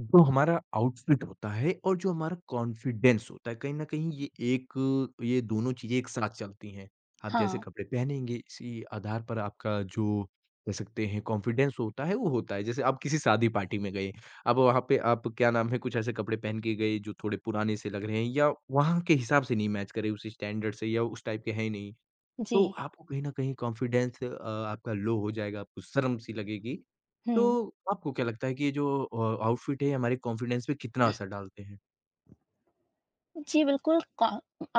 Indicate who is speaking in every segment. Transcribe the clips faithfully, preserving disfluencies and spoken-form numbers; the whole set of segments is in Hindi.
Speaker 1: जो हमारा आउटफिट होता है और जो हमारा कॉन्फिडेंस होता है, कहीं न कहीं ये एक ये दोनों चीज़ें एक साथ चलती हैं। आप जैसे
Speaker 2: हाँ,
Speaker 1: कपड़े पहनेंगे, इसी आधार पर आपका जो कह सकते हैं कॉन्फिडेंस होता है, वो होता है। जैसे आप किसी शादी पार्टी में गए, अब वहाँ पे आप क्या नाम है, कुछ ऐसे कपड़े पहन के गए जो थोड़े पुराने से लग रहे हैं या वहाँ के हिसाब से नहीं मैच करे उस स्टैंडर्ड से या उस टाइप के हैं ही नहीं। तो
Speaker 2: जी।
Speaker 1: आपको कहीं न कहीं कॉन्फिडेंस अ, आपका लो हो जाएगा, आपको शर्म सी लगेगी। तो
Speaker 2: हुँ।
Speaker 1: आपको क्या लगता है कि ये जो अ, आउटफिट है ये हमारे कॉन्फिडेंस पे कितना असर डालते हैं?
Speaker 2: जी, बिल्कुल, कॉ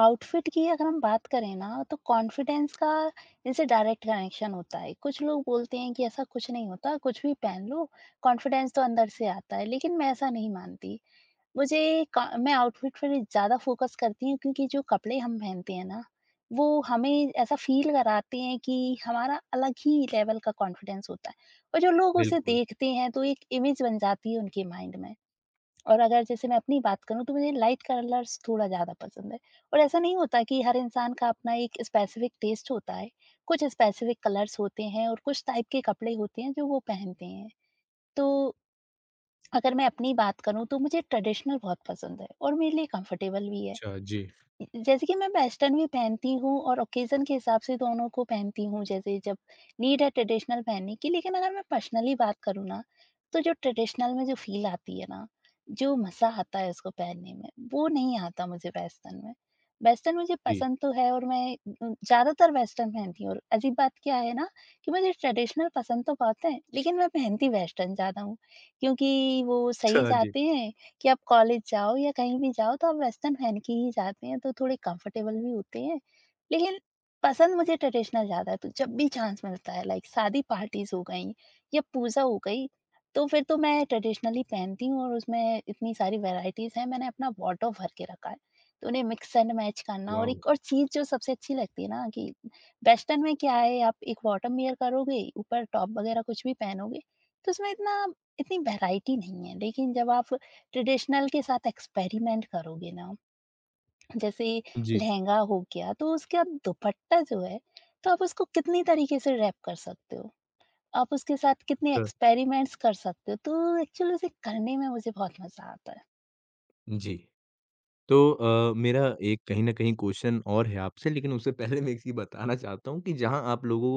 Speaker 2: आउटफिट की अगर हम बात करें ना, तो कॉन्फिडेंस का इनसे डायरेक्ट कनेक्शन होता है। कुछ लोग बोलते हैं कि ऐसा कुछ नहीं होता, कुछ भी पहन लो, कॉन्फिडेंस तो अंदर से आता है, लेकिन मैं ऐसा नहीं मानती। मुझे का मैं आउटफिट पर ज़्यादा फोकस करती हूँ, क्योंकि जो कपड़े हम पहनते हैं ना, वो हमें ऐसा फ़ील कराते हैं कि हमारा अलग ही लेवल का कॉन्फिडेंस होता है। और जो लोग उसे
Speaker 1: बिल्कुल।
Speaker 2: देखते हैं, तो एक इमेज बन जाती है उनके माइंड में। और अगर जैसे मैं अपनी बात करूँ, तो मुझे लाइट कलर्स थोड़ा ज़्यादा पसंद है और ऐसा नहीं होता कि हर इंसान का अपना एक स्पेसिफिक टेस्ट होता है। कुछ स्पेसिफिक कलर्स होते हैं और कुछ टाइप के कपड़े होते हैं जो वो पहनते हैं। तो अगर मैं अपनी बात करूँ, तो मुझे ट्रेडिशनल बहुत पसंद है और मेरे लिए कंफर्टेबल भी है।
Speaker 1: अच्छा जी,
Speaker 2: जैसे कि मैं वेस्टर्न भी पहनती हूँ और ओकेज़न के हिसाब से दोनों को पहनती हूँ, जैसे जब नीड है ट्रेडिशनल पहनने की, लेकिन अगर मैं पर्सनली बात करूँ ना, तो जो ट्रेडिशनल में जो फ़ील आती है ना, जो मज़ा आता है उसको पहनने में, वो नहीं आता मुझे वेस्टर्न में। वेस्टर्न मुझे
Speaker 1: जी।
Speaker 2: पसंद तो है और मैं उम, ज़्यादातर वेस्टर्न पहनती हूँ, और अजीब बात क्या है ना कि मुझे ट्रेडिशनल पसंद तो बहुत है, लेकिन मैं पहनती वेस्टर्न ज़्यादा हूँ, क्योंकि वो सही
Speaker 1: अच्छा जी।
Speaker 2: जाते हैं कि आप कॉलेज जाओ या कहीं भी जाओ, तो आप वेस्टर्न पहन के ही जाते हैं, तो थोड़े कंफर्टेबल भी होते हैं। लेकिन पसंद मुझे ट्रेडिशनल ज़्यादा है, तो जब भी चांस मिलता है, लाइक शादी पार्टीज़ हो गई या पूजा हो गई, तो फिर तो मैं ट्रेडिशनल ही पहनती हूँ और उसमें इतनी सारी वैराइटीज़ हैं, मैंने अपना वॉरडरोब भर के रखा है। तो उन्हें मिक्स एंड मैच करना, और
Speaker 1: वाओ!
Speaker 2: एक और चीज़ जो सबसे अच्छी लगती है ना, कि वेस्टर्न में क्या है, आप एक बॉटम वियर करोगे, ऊपर टॉप वगैरह कुछ भी पहनोगे, तो उसमें इतना इतनी वैराइटी नहीं है। लेकिन जब आप ट्रेडिशनल के साथ एक्सपेरिमेंट करोगे ना, जैसे
Speaker 1: जी।
Speaker 2: लहंगा हो गया, तो उसके आप दुपट्टा जो है, तो आप उसको कितनी तरीके से रैप कर सकते हो। आप उसके साथ कितने
Speaker 1: अ
Speaker 2: एक्सपेरिमेंट्स कर सकते हो, तो एक्चुअली उसे करने में मुझे बहुत मज़ा आता है।
Speaker 1: जी। तो अ, मेरा एक कहीं न कहीं क्वेश्चन और है आपसे, लेकिन उससे पहले मैं एक चीज़ बताना चाहता हूँ कि जहाँ आप लोगों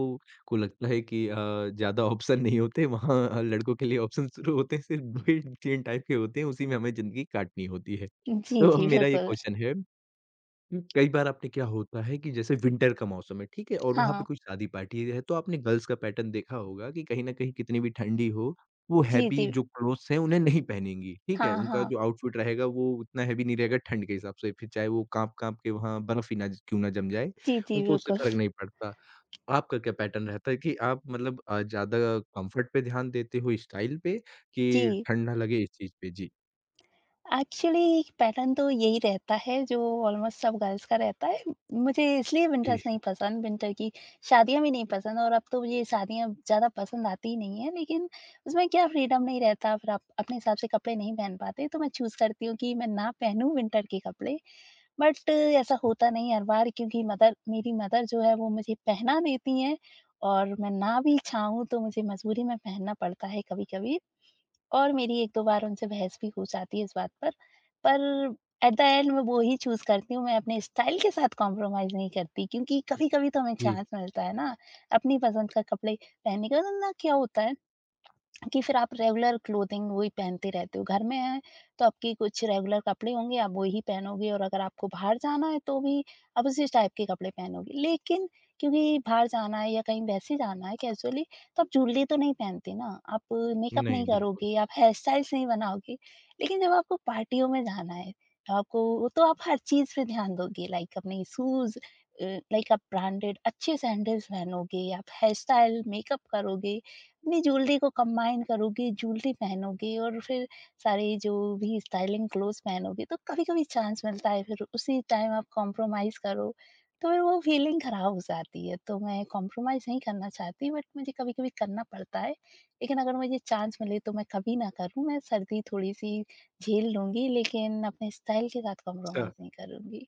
Speaker 1: को लगता है कि अ, ज़्यादा ऑप्शन नहीं होते, वहाँ अ, लड़कों के लिए ऑप्शन शुरू होते हैं, सिर्फ दो ही तीन टाइप के होते हैं, उसी में हमें ज़िंदगी काटनी होती है।
Speaker 2: जी,
Speaker 1: तो अब
Speaker 2: जी,
Speaker 1: मेरा ये
Speaker 2: बिल्कुल।
Speaker 1: क्वेश्चन है हुँ, कई बार आपने क्या होता है कि जैसे विंटर का मौसम है, ठीक है? और वहाँ
Speaker 2: हाँ।
Speaker 1: पे कोई शादी पार्टी है, तो आपने गर्ल्स का पैटर्न देखा होगा कि कहीं न कहीं कितनी भी ठंडी हो, वो
Speaker 2: जी,
Speaker 1: हैवी
Speaker 2: जी।
Speaker 1: जो क्लोथ्स हैं, उन्हें नहीं पहनेंगी, ठीक है?
Speaker 2: हाँ,
Speaker 1: उनका
Speaker 2: हाँ।
Speaker 1: जो आउटफिट रहेगा, वो उतना हैवी नहीं रहेगा ठंड के हिसाब से, फिर चाहे वो काँप-काँप के वहाँ बर्फ ही ना ज क्यों ना जम जाए,
Speaker 2: जी, जी,
Speaker 1: उनको उससे
Speaker 2: बिल्कुल।
Speaker 1: फ़र्क नहीं पड़ता। आपका क्या पैटर्न रहता है कि आप मतलब अ, ज़्यादा कम्फ़र्ट पे ध्यान देते हो, स्टाइल पे कि
Speaker 2: जी।
Speaker 1: ठंड ना लगे इस चीज़ पे? जी।
Speaker 2: एक्चुअली पैटर्न तो यही रहता है जो ऑलमोस्ट सब गर्ल्स का रहता है। मुझे इसलिए विंटर्स
Speaker 1: जी,
Speaker 2: नहीं पसंद, विंटर की शादियाँ भी नहीं पसंद, और अब तो मुझे शादियाँ ज़्यादा पसंद आती ही नहीं है, लेकिन उसमें क्या फ्रीडम नहीं रहता, फिर आप अपने हिसाब से कपड़े नहीं पहन पाते, तो मैं चूज़ करती हूँ कि मैं ना पहनूँ विंटर के कपड़े। बट ऐसा
Speaker 1: अच्छा।
Speaker 2: होता नहीं है हर बार, क्योंकि मदर मेरी मदर जो है वो मुझे पहना देती हैं, और मैं ना भी चाहूँ तो मुझे मजबूरी में पहनना पड़ता है कभी-कभी। और मेरी एक दो बार उनसे बहस भी हो जाती है इस बात पर। पर एट द एंड मैं वो ही चूज़ करती हूँ, मैं अपने स्टाइल के साथ कॉम्प्रोमाइज़ नहीं करती, क्योंकि कभी-कभी तो हमें
Speaker 1: जी।
Speaker 2: चांस मिलता है ना, अपनी पसंद का कपड़े पहनने का। तो ना क्या होता है कि फिर आप रेगुलर क्लोथिंग वही पहनते रहते हो। घर में हैं, तो आपके कुछ रेगुलर कपड़े होंगे, आप वही पहनोगे, और अगर आपको बाहर जाना है, तो भी आप उसी टाइप के कपड़े पहनोगे। लेकिन क्योंकि बाहर जाना है या कहीं वैसे जाना है कैज़ुअली, तो आप ज्वेलरी तो नहीं पहनते ना, आप मेकअप नहीं
Speaker 1: नहीं, बिल्कुल।
Speaker 2: करोगे, आप हेयर स्टाइल्स नहीं बनाओगे। लेकिन जब आपको पार्टियों में जाना है, तो आपको, तो आप हर चीज़ पे ध्यान दोगे, लाइक अपने शूज़, अ, लाइक आप ब्रांडेड अच्छे सैंडल्स पहनोगे, आप हेयर स्टाइल, मेकअप करोगे। अपनी ज्वेलरी को कंबाइन करोगे, ज्वेलरी पहनोगे, और फिर सारे जो भी स्टाइलिंग क्लोथ्स पहनोगे, तो कभी-कभी चांस मिलता है, फिर उसी टाइम आप कॉम्प्रोमाइज़ करो, तो फिर वो फीलिंग खराब हो जाती है। तो मैं कॉम्प्रोमाइज़ नहीं करना चाहती, बट मुझे कभी-कभी करना पड़ता है, लेकिन अगर मुझे चांस मिले तो मैं कभी ना करूँ, मैं सर्दी थोड़ी-सी झेल लूँगी, लेकिन अपने स्टाइल के साथ
Speaker 1: अच्छा।
Speaker 2: कॉम्प्रोमाइज़ नहीं करूँगी।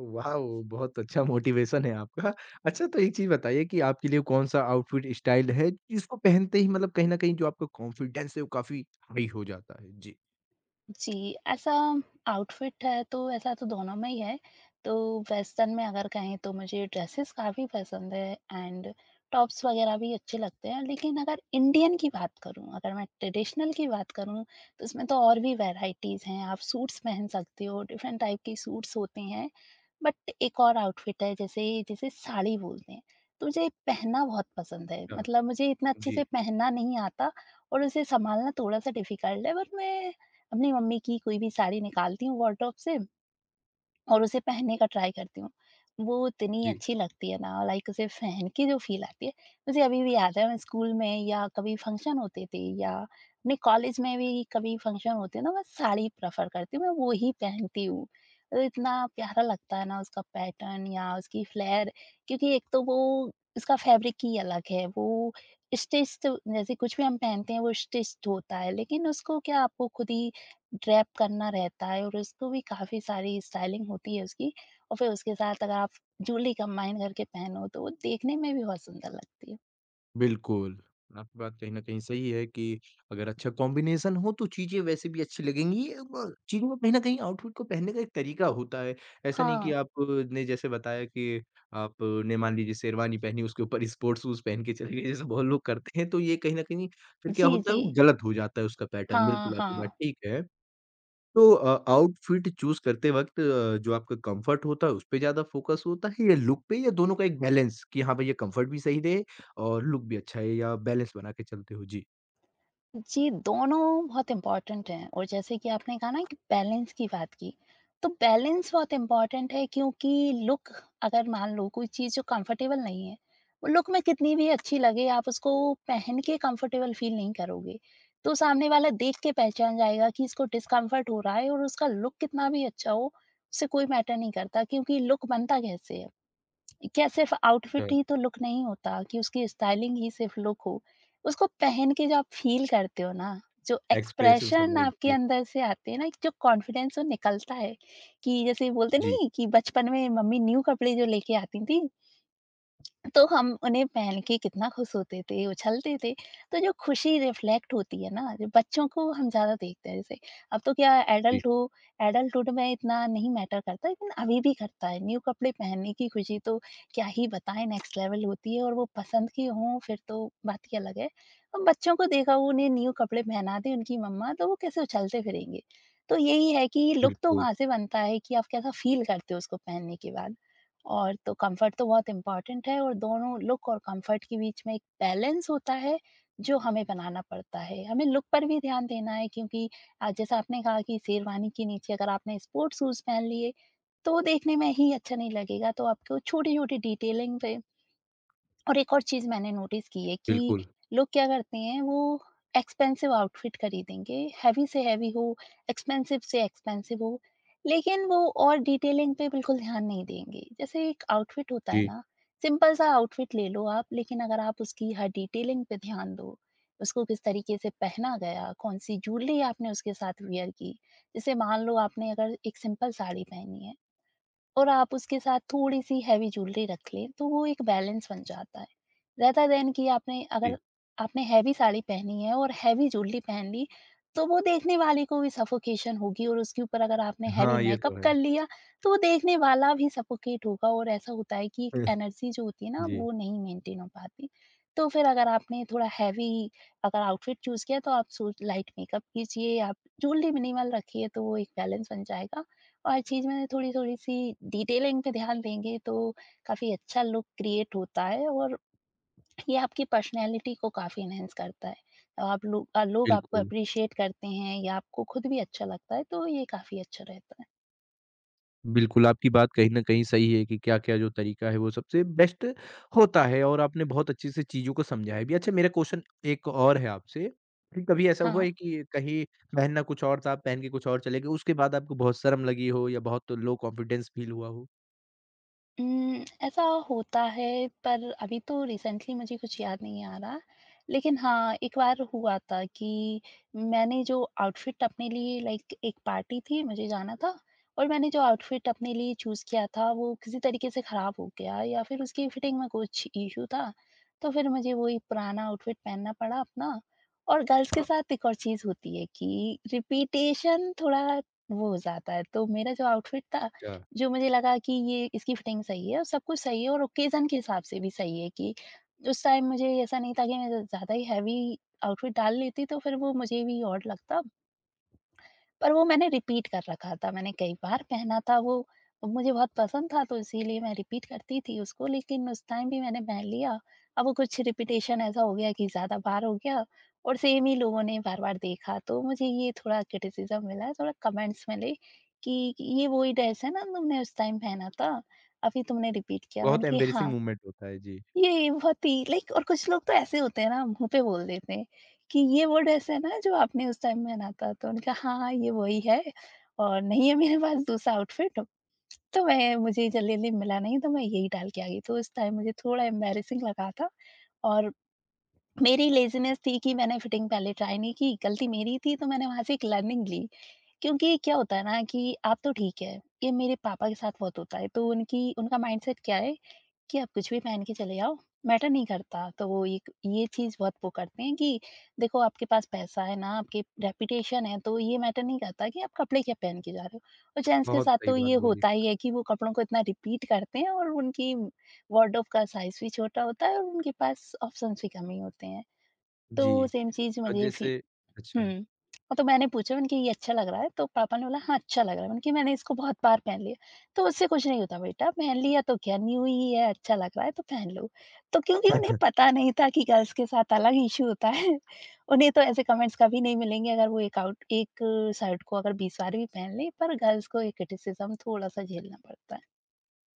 Speaker 1: वाओ! बहुत अच्छा मोटिवेशन है आपका। अच्छा तो एक चीज़ बताइए कि आपके लिए कौन-सा आउटफिट स्टाइल है जिसको पहनते ही मतलब कहीं न कहीं जो आपका कॉन्फिडेंस है वो काफ़ी हाई हो जाता है? जी।
Speaker 2: जी, ऐसा आउटफ़िट है, तो ऐसा तो दोनों में ही है। तो वेस्टर्न में अगर कहें, तो मुझे ड्रेसेस काफ़ी पसंद है एंड टॉप्स वग़ैरह भी अच्छे लगते हैं। लेकिन अगर इंडियन की बात करूँ, अगर मैं ट्रेडिशनल की बात करूँ, तो उसमें तो और भी वैराइटीज़ हैं। आप सूट्स पहन सकते हो, डिफ़रेंट टाइप के सूट्स होते हैं। बट एक और आउटफिट है जैसे जिसे साड़ी बोलते हैं, तो मुझे पहनना बहुत पसंद है।
Speaker 1: हाँ।
Speaker 2: मतलब मुझे इतना अच्छे
Speaker 1: जी,
Speaker 2: से पहनना नहीं आता, और उसे सँभालना थोड़ा-सा डिफ़िकल्ट है, बट मैं अपनी मम्मी की कोई भी साड़ी निकालती हूँ वार्डरोब से, और उसे पहनने का ट्राई करती हूँ। वो इतनी
Speaker 1: जी।
Speaker 2: अच्छी लगती है ना, लाइक उसे पहन के जो फ़ील आती है, मुझे अभी भी याद है, मैं स्कूल में या कभी फ़ंक्शन होते थे, या अपने कॉलेज में भी कभी फ़ंक्शन होते हैं ना, मैं साड़ी प्रेफ़र करती हूँ, मैं वो ही पहनती हूँ। अ, इतना प्यारा लगता है ना उसका पैटर्न या उसकी फ्लेयर, क्योंकि एक तो वो उसका फ़ैब्रिक ही अलग है, वो स्टिच्ड, जैसे कुछ भी हम पहनते हैं वो स्टिच्ड होता है, लेकिन उसको क्या आपको खुद ही रैप करना रहता है, और उसको भी काफ़ी सारी स्टाइलिंग होती है उसकी, और फिर उसके साथ अगर आप जूलरी कंबाइन करके पहनो, तो वो देखने में भी बहुत सुंदर लगती है।
Speaker 1: बिल्कुल, आपकी बात कहीं न कहीं सही है कि अगर अच्छा कॉम्बिनेशन हो तो चीज़ें वैसे भी अच्छी लगेंगी। ब चीज़ों में कहीं न कहीं आउटफिट को पहनने का एक तरीका होता है। ऐसा नहीं कि
Speaker 2: हाँ।
Speaker 1: आपने जैसे बताया कि आपने मान लीजिए शेरवानी पहनी उसके ऊपर स्पोर्ट्स शूज़ पहन के चले गए जैसे बहुत लोग करते हैं तो ये कहीं न कहीं फिर क्या
Speaker 2: जी,
Speaker 1: होता
Speaker 2: जी।
Speaker 1: है वो गलत हो जाता है उसका पैटर्न।
Speaker 2: हाँ,
Speaker 1: बिल्कुल आपकी बात
Speaker 2: हाँ।
Speaker 1: ठीक है। तो अ, आउटफिट चूज़ करते वक़्त अ, जो आपका कम्फर्ट होता है, उस पे ज़्यादा फ़ोकस होता है या लुक पे या दोनों का एक बैलेंस कि हाँ, भई ये कम्फर्ट भी सही दे और लुक भी अच्छा है या बैलेंस बना के चलते हो? जी।
Speaker 2: जी, दोनों बहुत इम्पोर्टेंट हैं, और जैसे कि आपने कहा ना कि बैलेंस की बात की, तो बैलेंस बहुत इम्पोर्टेंट है, क्योंकि लुक, अगर मान लो कोई चीज़ जो कंफर्टेबल नहीं है, वो लुक में कितनी भी अच्छी लगे, आप उसको पहन के कंफर्टेबल फील नहीं करोगे। तो सामने वाला देख के पहचान जाएगा कि इसको डिस्कम्फर्ट हो रहा है, और उसका लुक कितना भी अच्छा हो, उससे कोई मैटर नहीं करता, क्योंकि लुक बनता कैसे है? क्या सिर्फ आउटफिट
Speaker 1: अ,
Speaker 2: ही तो लुक नहीं होता, कि उसकी स्टाइलिंग ही सिर्फ लुक हो। उसको पहन के जो आप फ़ील करते हो ना, जो
Speaker 1: एक्सप्रेशंस
Speaker 2: एक्सप्रेशन
Speaker 1: हमारे
Speaker 2: आपके
Speaker 1: जी,
Speaker 2: अंदर से आते हैं ना, एक जो कॉन्फिडेंस वो निकलता है, कि जैसे बोलते
Speaker 1: जी,
Speaker 2: नहीं, कि बचपन में मम्मी न्यू कपड़े जो लेके आती थी, तो हम उन्हें पहन के कितना खुश होते थे, उछलते थे। तो जो खुशी रिफ्लेक्ट होती है ना, जो बच्चों को हम ज़्यादा देखते हैं जैसे। अब तो क्या
Speaker 1: जी,
Speaker 2: एडल्ट हो, एडल्टहुड में इतना नहीं मैटर करता, लेकिन अभी भी करता है। न्यू कपड़े पहनने की खुशी तो क्या ही बताएँ, नेक्स्ट लेवल होती है, और वो पसंद की हों, फिर तो बात ही अलग है। अब बच्चों को देखा, उन्हें न्यू कपड़े पहना दें उनकी मम्मा, तो वो कैसे उछलते फिरेंगे। तो यही है कि लुक तो
Speaker 1: बिल्कुल,
Speaker 2: वहाँ से बनता है कि आप कैसा फ़ील करते हो उसको पहनने के बाद। और तो कंफर्ट तो बहुत इम्पोर्टेंट है, और दोनों लुक और कंफर्ट के बीच में एक बैलेंस होता है जो हमें बनाना पड़ता है। हमें लुक पर भी ध्यान देना है, क्योंकि अ, जैसा आपने कहा कि शेरवानी के नीचे अगर आपने स्पोर्ट्स शूज़ पहन लिए, तो वो देखने में ही अच्छा नहीं लगेगा, तो आपको छोटी-छोटी डिटेलिंग पे, और एक और चीज़ मैंने नोटिस की है कि
Speaker 1: बिल्कुल।
Speaker 2: लोग क्या करते हैं, वो एक्सपेंसिव आउटफिट खरीदेंगे, हेवी से हेवी हो, एक्सपेंसिव से एक्सपेंसिव हो, लेकिन वो और डिटेलिंग पे बिल्कुल ध्यान नहीं देंगे। जैसे एक आउटफिट होता है
Speaker 1: जी,
Speaker 2: ना, सिंपल सा आउटफिट ले लो आप, लेकिन अगर आप उसकी हर डिटेलिंग पे ध्यान दो, उसको किस तरीके से पहना गया, कौन-सी ज्वेलरी आपने उसके साथ वियर की। जैसे मान लो आपने अगर एक सिंपल साड़ी पहनी है, और आप उसके साथ थोड़ी-सी हेवी ज्वेलरी रख लें, तो वो एक बैलेंस बन जाता है। रेदर देन कि आपने अगर
Speaker 1: जी।
Speaker 2: आपने हेवी साड़ी पहनी है और हेवी ज्वेलरी पहन ली, तो वो देखने वाले को भी सफोकेशन होगी, और उसके ऊपर अगर आपने हेवी
Speaker 1: हाँ, ये
Speaker 2: मेकअप
Speaker 1: तो है।
Speaker 2: कर लिया, तो वो देखने वाला भी सफोकेट होगा, और ऐसा होता है कि एक एनर्जी जो होती है ना,
Speaker 1: जी।
Speaker 2: वो नहीं मेंटेन हो पाती। तो फिर अगर आपने थोड़ा हेवी अगर आउटफिट चूज़ किया, तो आप सो लाइट मेकअप कीजिए, आप ज्वेलरी मिनिमल रखिए, तो वो एक बैलेंस बन जाएगा। और चीज़ में थोड़ी-थोड़ी सी डिटेलिंग पे ध्यान देंगे, तो काफ़ी अच्छा लुक क्रिएट होता है, और ये आपकी पर्सनैलिटी को काफ़ी एनहांस करता है। तो आप लोग अ, लोग आपको
Speaker 1: बिल्कुल।
Speaker 2: एप्रिशिएट करते हैं या आपको खुद भी अच्छा लगता है, तो ये काफ़ी अच्छा रहता है।
Speaker 1: बिल्कुल, आपकी बात कहीं न कहीं सही है कि क्या-क्या जो तरीका है वो सबसे बेस्ट होता है और आपने बहुत अच्छे से चीज़ों को समझाया भी। अच्छा मेरा क्वेश्चन एक और है आपसे, कि कभी ऐसा हुआ
Speaker 2: हाँ।
Speaker 1: है कि कहीं पहनना कुछ और था, आप पहन के कुछ और चले गए, उसके बाद आपको बहुत शर्म लगी हो या बहुत लो कॉन्फिडेंस फ़ील हुआ हो?
Speaker 2: उम, ऐसा होता है, पर अभी तो रिसेंटली मुझे कुछ याद नहीं आ रहा। लेकिन हाँ, एक बार हुआ था कि मैंने जो आउटफिट अपने लिए, लाइक एक पार्टी थी, मुझे जाना था, और मैंने जो आउटफिट अपने लिए चूज़ किया था वो किसी तरीके से ख़राब हो गया या फिर उसकी फिटिंग में कुछ इश्यू था। तो फिर मुझे वही पुराना आउटफिट पहनना पड़ा अपना, और गर्ल्स के साथ एक और चीज़ होती है कि रिपीटेशन थोड़ा वो हो जाता है। तो मेरा जो आउटफिट था,
Speaker 1: अच्छा।
Speaker 2: जो मुझे लगा कि ये इसकी फिटिंग सही है और सब कुछ सही है और ओकेज़न के हिसाब से भी सही है, कि उस टाइम मुझे ऐसा नहीं था कि मैं ज़्यादा ही हेवी आउटफिट डाल लेती, तो फिर वो मुझे भी ऑड लगता। पर वो मैंने रिपीट कर रखा था, मैंने कई बार पहना था वो, मुझे बहुत पसंद था, तो इसीलिए मैं रिपीट करती थी उसको, लेकिन उस टाइम भी मैंने पहन लिया। अब वो कुछ रिपीटेशन ऐसा हो गया कि ज़्यादा बार हो गया, और सेम ही लोगों ने बार-बार देखा, तो मुझे ये थोड़ा क्रिटिसिज़्म मिला, थोड़ा कमेंट्स मिले कि ये वही ड्रेस है ना, तुमने उस टाइम पहना था, अभी तुमने रिपीट किया। मैंने
Speaker 1: बहुत
Speaker 2: कि
Speaker 1: एम्बैरेसिंग
Speaker 2: हाँ,
Speaker 1: मोमेंट होता है, जी।
Speaker 2: ये बहुत ही लाइक, और कुछ लोग तो ऐसे होते हैं ना, मुँह पे बोल देते हैं कि ये वर्ड ऐसा है ना, जो आपने उस टाइम में पहना था। तो उन्होंने कहा, हाँ, हाँ, ये वही है और नहीं है मेरे पास दूसरा आउटफिट, तो मैं मुझे जल्दी-जल्दी मिला नहीं, तो मैं यही डाल के आ गई। तो उस टाइम मुझे थोड़ा एम्बैरेसिंग लगा था। और मेरी लेज़ीनेस थी कि मैंने फिटिंग पहले ट्राई नहीं की, गलती मेरी थी, तो मैंने वहाँ से एक लर्निंग ली। क्योंकि क्या होता है ना कि आप तो ठीक है, ये मेरे पापा के साथ बहुत होता है। तो उनकी उनका माइंडसेट क्या है कि आप कुछ भी पहन के चले आओ, मैटर नहीं करता। तो वो एक ये चीज़ बहुत वो करते हैं कि देखो, आपके पास पैसा है ना, आपकी रेपुटेशन है, तो ये मैटर नहीं करता कि आप कपड़े क्या पहन के जा रहे हो। और जेंट्स के
Speaker 1: बहुत
Speaker 2: साथ
Speaker 1: सही
Speaker 2: तो
Speaker 1: बात
Speaker 2: ये
Speaker 1: बोली।
Speaker 2: होता ही है कि वो कपड़ों को इतना रिपीट करते हैं, और उनकी वार्डरोब का साइज़ भी छोटा होता है, और उनके पास ऑप्शंस भी कम ही होते हैं।
Speaker 1: जी।
Speaker 2: तो सेम चीज़
Speaker 1: अ,
Speaker 2: मुझे फी
Speaker 1: जैसे
Speaker 2: हुँ।
Speaker 1: अच्छा।
Speaker 2: हाँ, तो मैंने पूछा मैंने कहा, ये अच्छा लग रहा है? तो पापा ने बोला, हाँ, अच्छा लग रहा है। मैंने कहा, मैंने इसको बहुत बार पहन लिया। तो उससे कुछ नहीं होता बेटा, पहन लिया तो क्या न्यू ही है, अच्छा लग रहा है तो पहन लो। तो क्योंकि उन्हें पता नहीं था कि गर्ल्स के साथ अलग इश्यू होता है। उन्हें तो ऐसे कमेंट्स कभी नहीं मिलेंगे, अगर वो एक आउट एक शर्ट को अगर बीस बार भी पहन लें, पर गर्ल्स को एक क्रिटिसिज़्म थोड़ा-सा झेलना पड़ता है।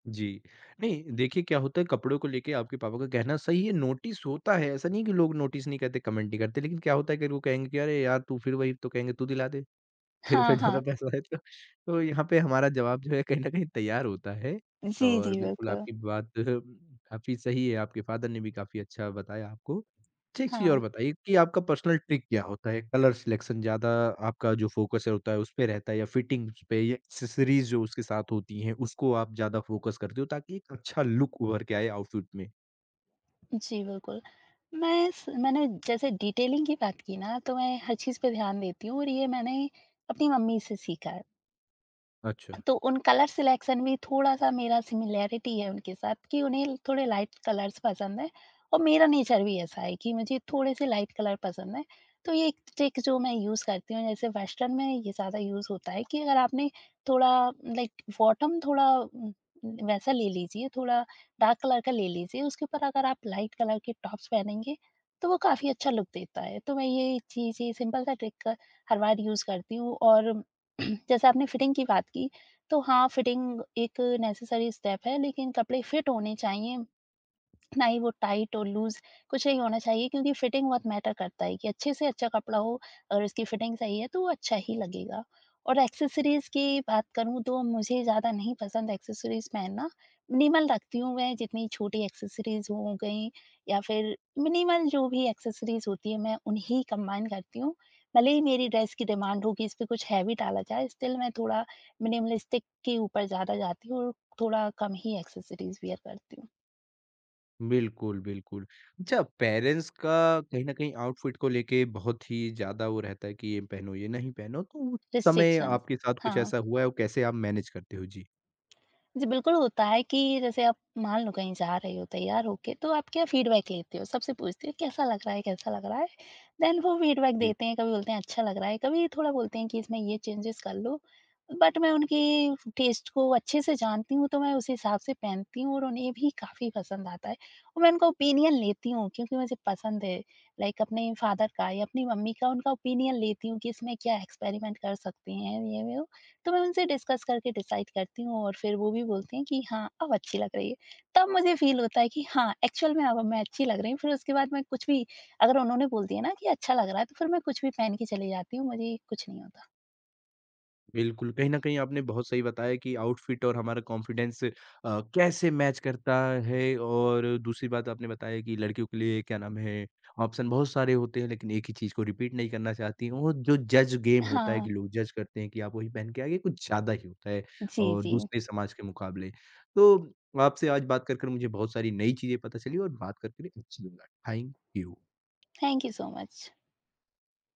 Speaker 1: जी। नहीं, देखिए क्या होता है कपड़ों को लेके आपके पापा का कहना सही है, नोटिस होता है, ऐसा नहीं है कि लोग नोटिस नहीं करते, कमेंट नहीं करते, लेकिन क्या होता है कि वो कहेंगे कि अरे यार! तू फिर वही तो कहेंगे तू दिला दे। तेरे
Speaker 2: हाँ,
Speaker 1: पे ज़्यादा
Speaker 2: हाँ।
Speaker 1: पैसा है तो तो यहाँ पे हमारा जवाब जो है कहीं न कहीं तैयार होता है।
Speaker 2: जी,
Speaker 1: और
Speaker 2: जी,
Speaker 1: बिल्कुल
Speaker 2: बिल्कुल।
Speaker 1: आपकी बात काफ़ी सही है, आपके फ़ादर ने भी काफ़ी अच्छा बताया आपको। अच्छा एक चीज़
Speaker 2: हाँ।
Speaker 1: और बताइए कि आपका पर्सनल ट्रिक क्या होता है? कलर सिलेक्शन ज़्यादा आपका जो फ़ोकस होता है उस पे रहता है या फिटिंग्स पे या एक्सेसरीज़ जो उसके साथ होती हैं उसको आप ज़्यादा फ़ोकस करते हो ताकि एक अच्छा लुक उभर के आए आउटफिट में?
Speaker 2: जी, बिल्कुल। मैं स मैंने जैसे डिटेलिंग की बात की ना, तो मैं हर चीज़ पे ध्यान देती हूँ, और ये मैंने अपनी मम्मी से सीखा है।
Speaker 1: अच्छा।
Speaker 2: तो उन कलर सिलेक्शन में थोड़ा-सा मेरा सिमिलैरिटी है उनके साथ कि उन्हें थोड़े लाइट कलर्स पसंद हैं, और मेरा नेचर भी ऐसा है कि मुझे थोड़े-से लाइट कलर पसंद हैं। तो ये एक ट्रिक जो मैं यूज़ करती हूँ, जैसे वेस्टर्न में ये ज़्यादा यूज़ होता है कि अगर आपने थोड़ा लाइक बॉटम थोड़ा उम, वैसा ले लीजिए, थोड़ा डार्क कलर का ले लीजिए, उसके ऊपर अगर आप लाइट कलर के टॉप्स पहनेंगे, तो वो काफ़ी अच्छा लुक देता है। तो मैं ये चीज़, ये सिंपल सा ट्रिक हर बार यूज़ करती हूँ। और जैसे आपने फिटिंग की बात की, तो हाँ, फिटिंग एक नेसेसरी स्टेप है, लेकिन कपड़े फिट होने चाहिए, ना ही वो टाइट और लूज़ कुछ नहीं होना चाहिए, क्योंकि फिटिंग बहुत मैटर करता है कि अच्छे से अच्छा कपड़ा हो और उसकी फिटिंग सही है, तो वो अच्छा ही लगेगा। और एक्सेसरीज़ की बात करूँ, तो मुझे ज़्यादा नहीं पसंद एक्सेसरीज़ पहनना। मिनिमल रखती हूँ मैं, जितनी छोटी एक्सेसरीज़ हो गई, या फिर मिनिमल जो भी एक्सेसरीज़ होती है, मैं उन्हें कंबाइन करती हूँ। भले ही मेरी ड्रेस की डिमांड हो कि इस पे कुछ हैवी डाला जाए, स्टिल मैं थोड़ा मिनिमलिस्टिक के ऊपर ज़्यादा जाती हूँ, और थोड़ा कम ही एक्सेसरीज़ वियर करती हूँ।
Speaker 1: बिल्कुल, बिल्कुल। अच्छा पेरेंट्स का कहीं न कहीं आउटफिट को लेके बहुत ही ज़्यादा वो रहता है कि ये पहनो, ये नहीं पहनो। तो उस समय
Speaker 2: रिस्ट्रिक्शंस,
Speaker 1: आपके साथ कुछ
Speaker 2: हाँ,
Speaker 1: ऐसा हुआ है और कैसे आप मैनेज करते हो? जी।
Speaker 2: जी बिल्कुल होता है कि जैसे आप मान लो कहीं जा रहे हो तैयार होके, तो आप क्या फीडबैक लेते हो? सबसे पूछते हो, कैसा लग रहा है, कैसा लग रहा है? देन वो फीडबैक
Speaker 1: जी।
Speaker 2: देते हैं, कभी बोलते हैं अच्छा लग रहा है, कभी थोड़ा बोलते हैं कि इसमें ये चेंजेस कर लो। बट मैं उनकी टेस्ट को अच्छे से जानती हूँ, तो मैं उस हिसाब से पहनती हूँ, और उन्हें भी काफ़ी पसंद आता है। और मैं उनका ओपिनियन लेती हूँ, क्योंकि मुझे पसंद है, लाइक अपने फादर का या अपनी मम्मी का, उनका ओपिनियन लेती हूँ कि इसमें क्या एक्सपेरिमेंट कर सकते हैं, ये वो। तो मैं उनसे डिस्कस करके डिसाइड करती हूँ, और फिर वो भी बोलते हैं कि हाँ, अब अच्छी लग रही है। तब मुझे फ़ील होता है कि हाँ, एक्चुअल में अब मैं अच्छी लग रही हूँ। फिर उसके बाद मैं कुछ भी, अगर उन्होंने बोल दिया ना कि अच्छा लग रहा है, तो फिर मैं कुछ भी पहन के चली जाती हूँ, मुझे कुछ नहीं होता।
Speaker 1: बिल्कुल, कहीं न कहीं आपने बहुत सही बताया कि आउटफिट और हमारा कॉन्फिडेंस अ, कैसे मैच करता है और दूसरी बात आपने बताया कि लड़कियों के लिए क्या नाम है, ऑप्शन बहुत सारे होते हैं लेकिन एक ही चीज़ को रिपीट नहीं करना चाहती हैं और जो जज गेम होता है
Speaker 2: हाँ।
Speaker 1: कि लोग जज करते हैं कि आप वही पहन के आ गए, कुछ ज़्यादा ही होता है
Speaker 2: जी,
Speaker 1: और
Speaker 2: जी।
Speaker 1: दूसरे समाज के मुकाबले। तो आपसे आज बात कर, कर मुझे बहुत सारी नई चीज़ें पता चली और बात करके भी अच्छा लगा। Thank you.
Speaker 2: Thank you so much.